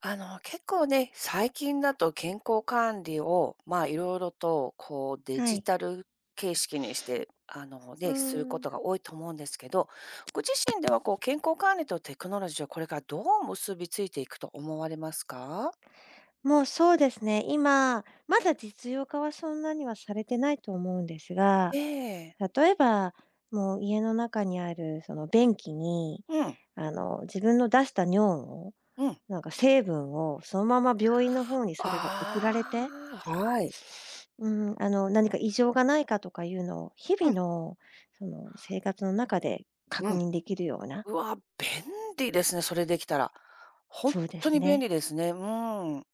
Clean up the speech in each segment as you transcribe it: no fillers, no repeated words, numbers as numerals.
結構ね、最近だと健康管理を、まあ、いろいろと、こう、デはジい。タル形式にして、うーね、するこん。とが多いと思うんですけど、ご自身では、こう、健康管理とテクノロジーはこれからどう結びついていくと思われますか？もうそうですね、今、まだ実用化はそんなにはされてないと思うんですが、ええ。例えば、もう家の中にあるその便器に、うん、自分の出した尿を、うん。なんか成分をそのまま病院の方にそれが送られて、ああ、はい。うん、何か異常がないかとかいうのを、日う々ん、のその生活の中でう確ん。認できるような。うわ、便利ですね、それできたら。本そうで当すに便利ね。ですね。うーん。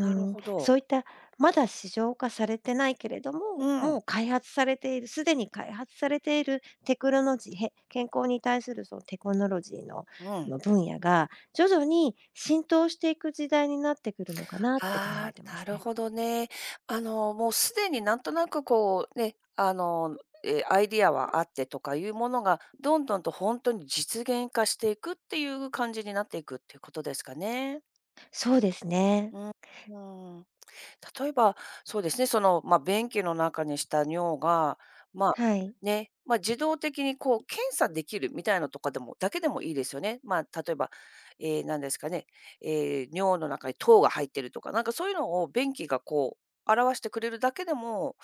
なるん、ほど。そういったまだ市場化されてないけれどうも、ん、もう開発されている、すでに開発されているテクノロジー、へ健康に対するそのテクノロジーのうそん。の分野が徐々に浸透していく時代になってくるのかなって考あえてあ、まなするね。ほどね。もうすでになんとなくこうね、アイディアはあってとかいうものが、どんどんと本当に実現化していくっていう感じになっていくっていうことですかね。そうですね。うん、うん。例えば、そうですね、その、まあ、便器の中にした尿が、まあ、はい。ね、まあ、自動的にこう検査できるみたいのとかでもだけでもいいですよね。まあ、例えば、ええ、何ですかね、尿の中に糖が入ってるとか、なんかそういうのを便器がこう表してくれるだけでも、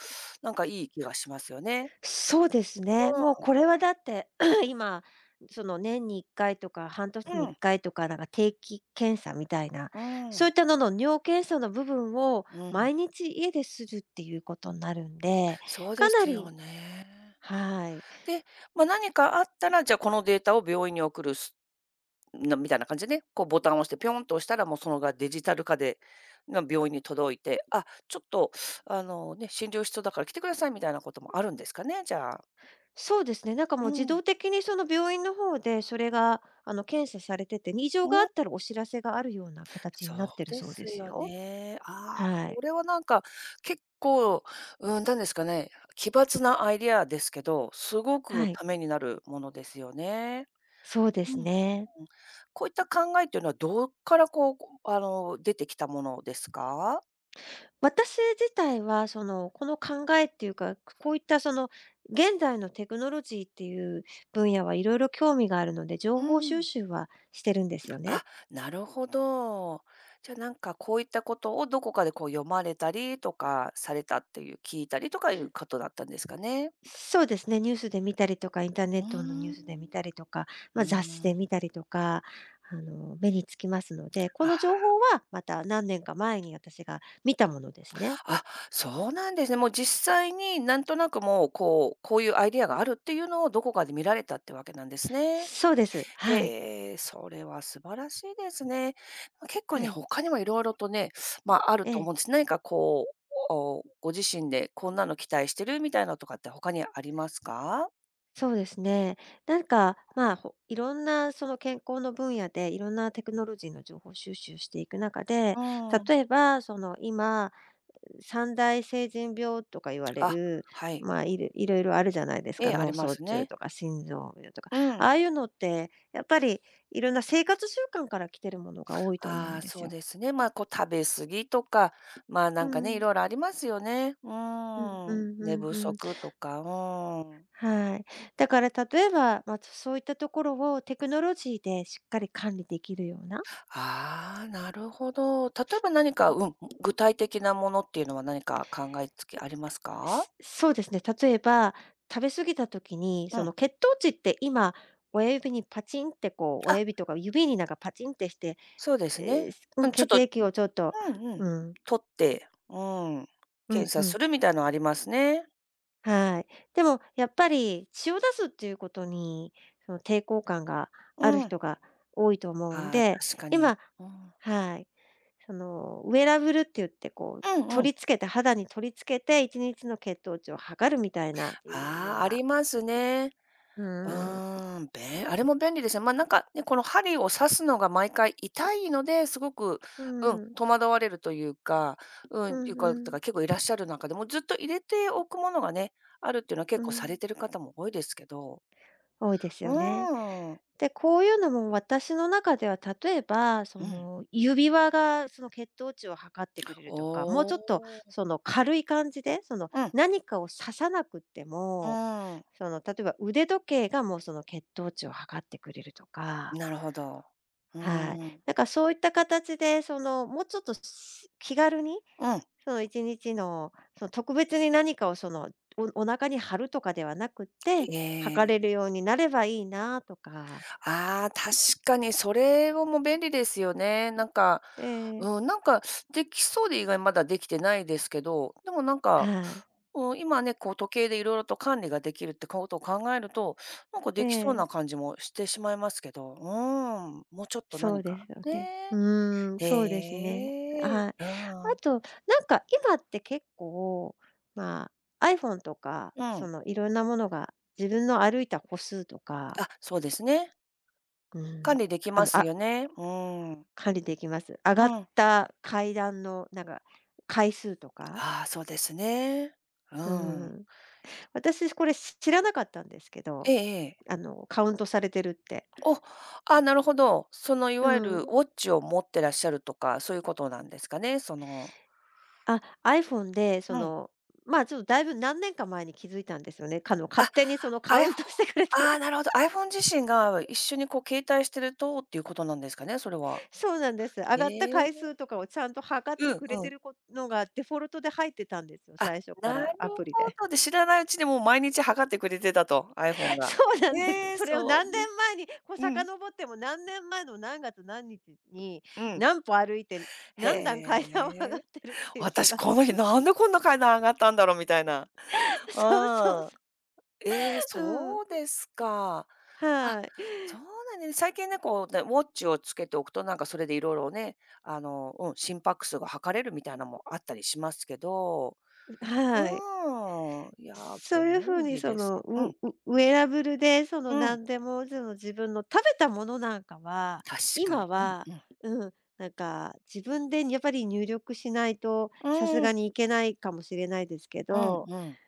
なんかいい気がしますよね。そうですね。もうこれはだって 今、その年に1回とか半う年にん、う1ん、回とか、なんか定期検査みたいな、うそうん、いったのの尿検査の部分をうん。毎日家でするっていうことになるんで、そうでかなすり。よね。はい。で、まあ、何かあったら、じゃ、このデータを病院に送るなみたいな感じでね、こうボタンを押してピョンと押したら、もうそのがデジタル化で、病院に届いて、あ、ちょっと診療必要だから来てくださいみたいなこともあるんですかね、じゃあ。そうですね、なんかもうう自ん。動的にその病院の方で、それが検査されてて、異常があうっん。たらお知らせがあるような形にそうなってるでそうですすよよ。ね。ああ、はい。それはなんか結構、うん、なんですかね、奇抜なアイディアですけど、すごはくい。ためになるものですよね。そうでうすん。うん。ね。こういった考えというのはどこからこう、出てきたものですか？私自体は、その、この考えっていうか、こういったその現在のテクノロジーっていう分野はいろいろ興味があるので、情う報収ん。集はしてるんですよね。あ、なるほど。じゃあなんかこういったことをどこかでこう読まれたりとかされたっていう、聞いたりとかいうことだったんですかね？そうですね、ニュースで見たりとか、インターネうッートのニューん。スで見たりとか、うまあ、雑誌でー見ん。たりとか、目につきますので、こあ、の情報はまた何年か前に私が見たものですね。あ、そうなんですね。もう実際になんとなくもうこう、こういうアイデアがあるっていうのをどこかで見られたってわけなんですね。そうです。はい。へえ、それは素晴らしいですね。結構はね、い。他にもいろいろとね、まあ、あるえとえ。思うんです。何かこう、ご自身でこんなの期待してるみたいなとかって他にありますか？そうですね。なんか、まあ、いろんなその健康の分野で、いろんなテクノロジーの情報収集していく中で、うん。例えば、その今、三大成人病とか言われあ、る、はい。まあ、いろいろあるじゃないですえか。え、あ脳りま卒す中ね。とか心臓病とか。うあん。あいうのって、やっぱりいろんな生活習慣から来てるものが多いと思うあんあ、ですそうよ。ですね。まあ、こう食べ過ぎとか、まあ、うなんかね、いん。ろいろありますよね。ううんうーん。ん寝うん不うん。足とか、うーん。はい。だから例えば、まあ、そういったところをテクノロジーでしっかり管理できるような。ああ、なるほど。例えば何か、うん、具体的なものっていうのは何か考えつきありますか？そうですね。例えば、食べ過ぎた時に、うそん。の血糖値って今、親指にパチンってこう、親あ、指とか指になんかパチンってして、そうですえーね。すううん、ん、ちょっ血と液をちょっと、うんうん。うん、取って、うん、う検ん査うん、するみたいなのありますね。はい。でもやっぱり血を出すっていうことに、その抵抗感があるうん。人が多いと思うんああ、で、確かに。今。うん。はい。そのウェアラブルって言ってこう、うんうん。取り付けて肌に取り付けて1日の血糖値を測るみたいないうようああ、あな。りますね。ううん。ーん、あれも便利ですね。ま、なんかね、この針を刺すのが毎回痛いので、すごく、ううん、ん、戸惑われるというか、ううん、いうんか、うだかんら結構いらっしゃる中でもうずっと入れておくものがね、あるっていうのはう結構さん、れてる方も多いですけど。多いですうよね。ーん。で、こういうのも私の中では、例えば、そうん。の指輪がその血糖値を測ってくれるとか、もうちょっとおお。その軽い感じで、そのうん、何かを刺さなくってうも、ーん。その例えば腕時計がもうその血糖値を測ってくれるとか。なるほど。うはい。ーん。なんかそういった形で、そのもうちょっと気軽にうん。その1日の、その特別に何かをその、お腹に貼るとかではなくて、え測れえ。るようになればいいなとか。ああ、確かにそれをも便利ですよね。なんか、ええ、うん、なんかできそうで、意外まだできてないですけど、でもなんか、はい。うん、今ね、こう時計でいろいろと管理ができるってことを考えると、なんかえできそうえ、な感じもしてしまいますけど、うん、もうちょっとそ何うでか、すよねね。うーん、え。そうですね。ええ、はい。あうん。と、なんか今って結構、まあ、iPhone とか、うそん。のいろんなものが自分の歩いた歩数とか、あ、そうですね。うん、管理できあまの、すあ、よね。うーん。管理できます。上がうっん。た階段のなんか回数とか。ああ、そうですね。ううん。ん。私これ知らなかったんですけえど、えええ。カウントされてるって。お、あ、なるほど。そのいうわゆるん。ウォッチを持ってらっしゃるとか、そういうことなんですかね？そのあ、iPhone でそうん。の、まあ、ちょっとだいぶ何年か前に気づいたんですよね。勝あ、手にそのカアイウフンォトしてくれてる。ああ、なるほど。iPhone 自身が一緒にこう携帯してるとっていうことなんですかね？それは。そうなんです。上がったええ、回数とかをちゃんと測っうてんくれうてん。るこのがデフォルトで入ってたんですよ、あ、最初かなるらアほプリで。ど。で、知らないうちにもう毎日測ってくれてたと、iPhone そが。うなんです。ええ、それをそう何です年前に、こうう遡ん、っても何年前の何月何日に、うん。何歩歩いて、何段へ階段を上がっえ。てるっていうの私がこさ。の日なんでこんな階段上がったんだろうみたいな。そうそううん。そう。ええ、うん、そうですか。あ、はそうい。なんね。最近ね、こうね、ウォッチをつけておくと、なんかそれでいろいろね、うん、心拍数が測れるみたいなのもあったりしますけど、はい。うーん、いや、そういう風便に利そです。のうん、ウェアラブルでそのうん、何でも、その自分の食べたものなんかは、確か今に。うは、ん、ううん、なんか自分でやっぱり入力しないとさすん。うがん、にいけないかもしれないですけうど、ん、うん、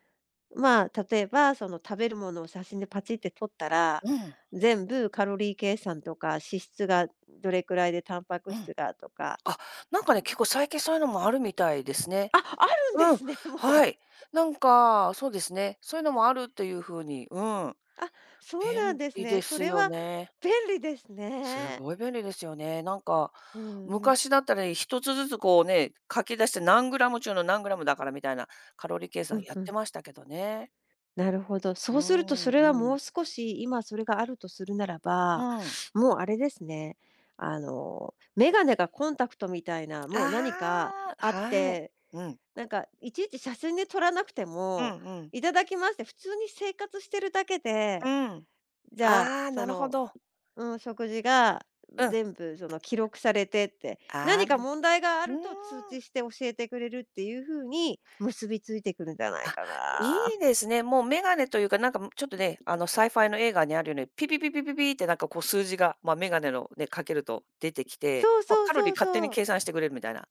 まあ、例えばその食べるものを写真でパチって撮ったら、うん。全部カロリー計算とか、脂質がどれくらいでタンパクうん質がとか。あ、なんかね、結構最近そういうのもあるみたいですね。あ、あるんでうん、すね、もう。はい。なんか、そうですね、そういうのもあるという風に、うん、あ、そうなん便です利ね。でそすれよはね。便利ですすね。ごい便利ですよね。なんか、うんうん。昔だったらね一つずつこうね、書き出して何グラム中の何グラムだからみたいなカロリー計う算んやっうてん。ましたけどね。なるほど。うそうするとそん、れはうもうん。少し、今それがあるとするならうば、ん。もうあれですね。眼鏡がコンタクトみたいな、もう何かああ、あっはい。て、うん。なんかいちいち写真で撮らなくてうんも、うん。いただきますって普通に生活してるだけうで、ん。じゃあ、ああ、なそるほの、ど。うん、食事がうん。全部その記録されてって、ああ、何うか問題があると通知してん。教えてくれるっていう風に結びついてくるんじゃないあ、かいいな。ですね。もうメガネというか、なんか、ちょっとね、サイファイの映画にあるように、ピピピピピピってなんかこう数字が、ま、ガネのね、かけると出てきて、そうまあそうカロリそーう勝手にそう。計算してくれるみたいな。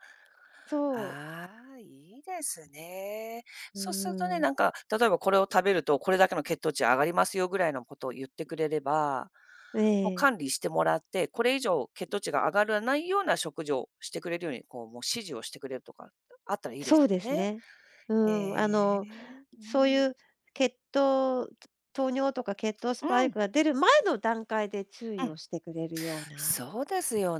そう。ああ、いいですね。うそうするとね、ん。なんか、例えばこれを食べると、これだけの血糖値上がりますよぐらいのことを言ってくれれば、えもうえ、管理してもらって、これ以上血糖値が上がらないような食事をしてくれるように、こう、もう指示をしてくれるとか、あったらいいですそうよですね。ね。うえん、あの、え、そううん。いう血糖糖尿とか血糖スパうイん、クが出る前の段階で注う意をん。してくれるような。そうですよ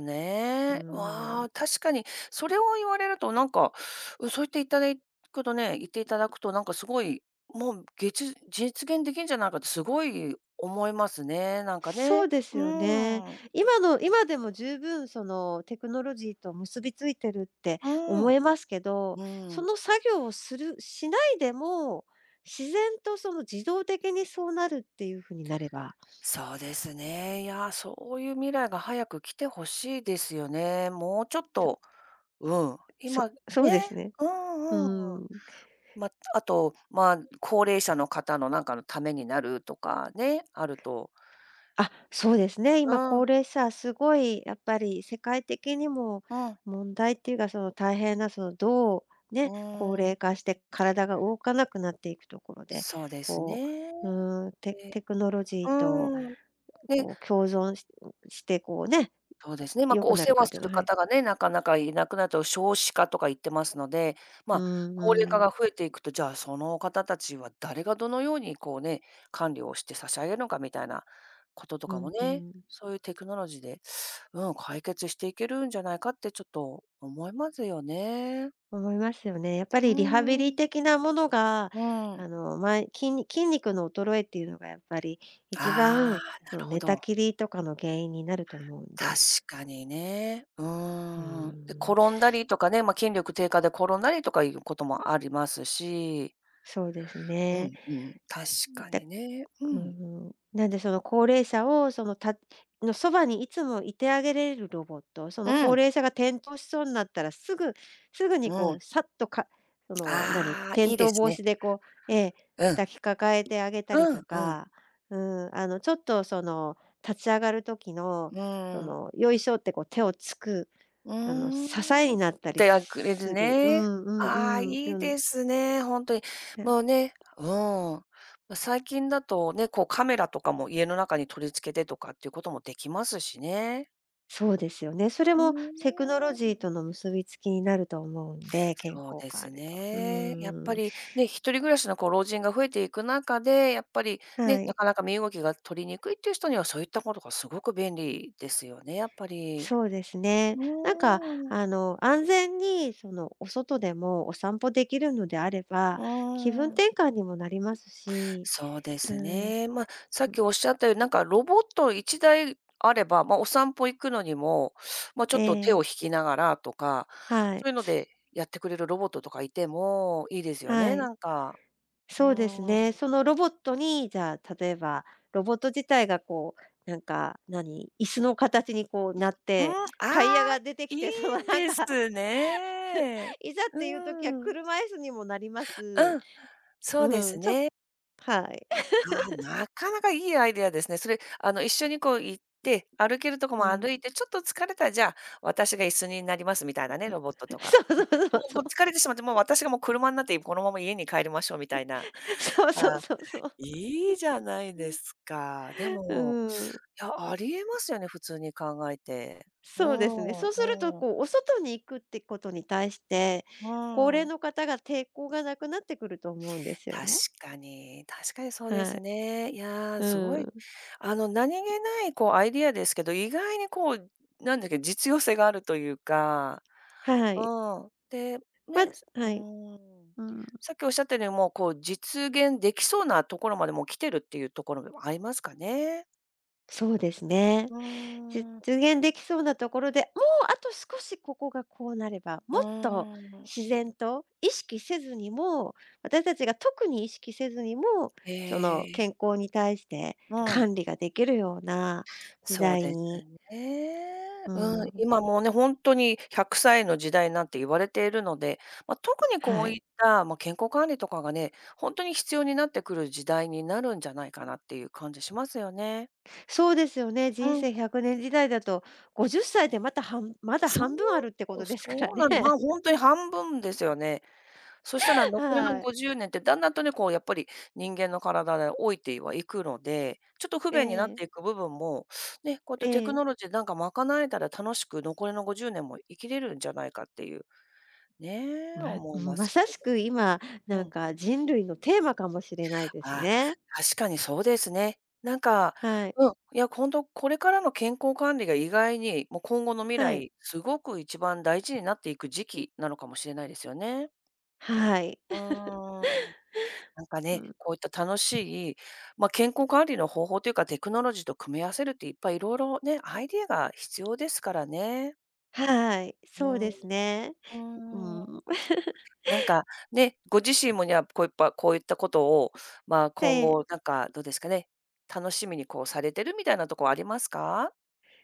うね。わん。あ、確かにそれを言われるとなんか、うん、言っていただくとなんかすごい、もう実現できるんじゃないかってすごい思いますね、なんかそうね。ですうよね。ん。今の今でも十分そのテクノロジーと結びついてるって思うん。えますけど、うそん。の作業をするしないでも、自然とその自動的にそうなるっていう風になれば。そうですね。いや、そういう未来が早く来てほしいですよね。もうちょっそとうん、今ね、そうですね。ううんうんうん。ん。ま、あと、まあ、高齢者の方のなんかのためになるとかね、あると、あ、そうですね。う今高ん、齢者、すごいやっぱり世界的にもうん、問題っていうか、その大変な、そのどうね、う高ーん、齢化して体が動かなくなっていくところで、そうですこね。う、うーん、ええ、テクノロジーとうーん。ねこう共存してこうね、そうですね。まあ、良こう、くおな世るか話っていすうのるは。はい。方がね、なかなかいなくなると少子化とか言ってますので、まうあ、ん高齢う化がん。増えていくと、じゃあ、その方たちは誰がどのようにこうね、管理をして差し上げるのかみたいなこととうかもんうね、ん。そういうテクノロジーで、うん、解決していけるんじゃないかってちょっと思いますよね。思いますよね。やっぱうりリハビーリん。的なものが、うん。あの、ま、筋肉の衰えっていうのがやっぱり一あ番、あ、そなの、るほ寝たど。きりとかの原因になると思うん確で。かにね。ううーーん。で、ん、転んだりとかね、まあ、筋力低下で転んだりとかいうこともありますし、そうですうね。んうん、確かだにね。ううん。ん、なんでその高齢者をその、のそばにいつもいてあげれるロボット、そのう高ん、齢者が転倒しそうになったらすぐにうこん。うさっとかそのああ、転いいで倒す防ね。止でこう、ええ、うん。抱きかかえてあげたりうとんうん。か、うん、あのちょっとその立ち上がる時の、うそん。のよいしょってこう手をつく、うあのー支えん。っになったりてあくれするる。うね。んうああ、んうん。いいよんね。ですね、ほんとに。もうねうん。まあ、最近だとね、こうカメラとかも家の中に取り付けてとかっていうこともできますしね。そうですよね。それうもーテクノロジーとん。の結びつきになると思うんで、健そう康で管す理と。うね。やっーん。ぱりね、一人暮らしのこう老人が増えていく中で、やっぱりね、はない。かなか身動きが取りにくいっていう人には、そういったことがすごく便利ですよね、やっぱり。そうですうね。なんか、ーん。あの、安全にその、お外でもお散歩できるのであれば、う気分ーん。転換にもなりますし、そうでうすん。ね。まあ、さっきおっしゃったように、なんかロボット1台あれば、まあ、お散歩行くのにも、まあ、ちえょっと手をえ、引きながらとか、はそい。ういうのでやってくれるロボットとかいてもいいですよはね、ない。んか。うそうですね。ーん。そのロボットに、じゃあ、例えばロボット自体がこう、なんか、椅子の形にこうなっうん、て、あタイヤあ、が出ていきいて、そのなんでか す ね。いざっていう時はうん。車椅子にもなります。うん、そううですん、ちょっね。はい。ああ、なかなかいいアイデアですね。それ、一緒にこう行って、歩けるとこうもん。歩いて、ちょっと疲れたら、じゃあ、私が椅子になりますみたいなね、ロボット とか。そうそもうそうう、そこう。う疲れてしまって、もう私がもう車になって、このまま家に帰りましょうみたいな。そうそあうあ、そうそう。いいじゃないですか。で うも、ん。いや、ありえますよね、普通に考えて。うそうですね。ん、そうすると、うん、こう、お外に行くってことに対して、う高齢ん。の方が抵抗がなくなってくると思うんですよ確ね。かに、確かにそうではすい。ね。いやー、すうごい、ん。何気ないこうアイディアですけど、意外にこう、なんだっけ、実用性があるというか、はい。うん。で、まね、すうはい。ん。うん。さっきおっしゃったように、もうこう実現できそうなところまでもう来てるっていうところもありますかね。そうですね。う実ーん。現できそうなところで、もうあと少しここがこうなれば、うもっとーん。自然と意識せずにも、私たちが特に意識せずにも、そのええ。健康に対してうん。管理ができるような時そう代ですに。ね。ううん、ん、今もうね、本当に100歳の時代なんて言われているので、まあ、特にこはういい。った、まあ、健康管理とかがね、本当に必要になってくる時代になるんじゃないかなっていう感じしますよね。そうですよね、人うん、生100年時代だと、50歳でまたまだそ半分あるってことう、ですからそうね。なの、ま、あ本当に半分ですよね。そしたら 残りのはい。50年ってだんだんとね、こうやっぱり人間の体で老いてはいくので、ちょっと不え便になっえ、ていく部分も、ね、こうやっえてテクえ。ノロジーでなんか賄えたら楽しく残りの50年も生きれるんじゃないかっていう、ね、う思いん、まますさけしく今、など。んうん。か人類のテーマかもしれないですああ、ね。確かにそうですね。なんか、はい。うん、いや、ほんとこれからの健康管理が意外に、もう今後の未はい。来、すごく一番大事になっていく時期なのかもしれないですよね。はい。うーん。なんかうね、ん。こういった楽しい、まあ、健康管理の方法というか、テクノロジーと組み合わせるっていっぱい色々ね、アイディアが必要ですからね。はい。うそうん、でうすね。うーん。ん。なんか、ね、ご自身もにはこういっぱこういったことを、まあ、え今え。後なんかどうですかね、楽しみにこうされてるみたいなとこありますか？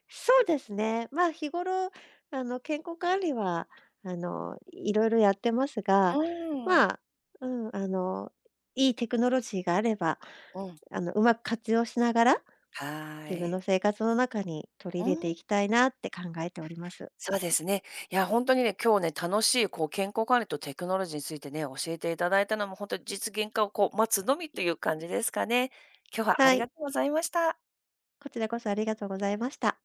そうですね。まあ、日頃、健康管理は、いろいろやってますが、うん。まあ、うん、いいテクノロジーがあれば、うん、うまく活用しながら、はー自分い。の生活の中に取りう入れていん。きたいなって考えております。そうですね。いや、本当にね、今日ね、楽しいこう健康管理とテクノロジーについてね、教えていただいたのも、本当に実現化をこう待つのみという感じですかね。今日はあはりい。がとうございました。こちらこそありがとうございました。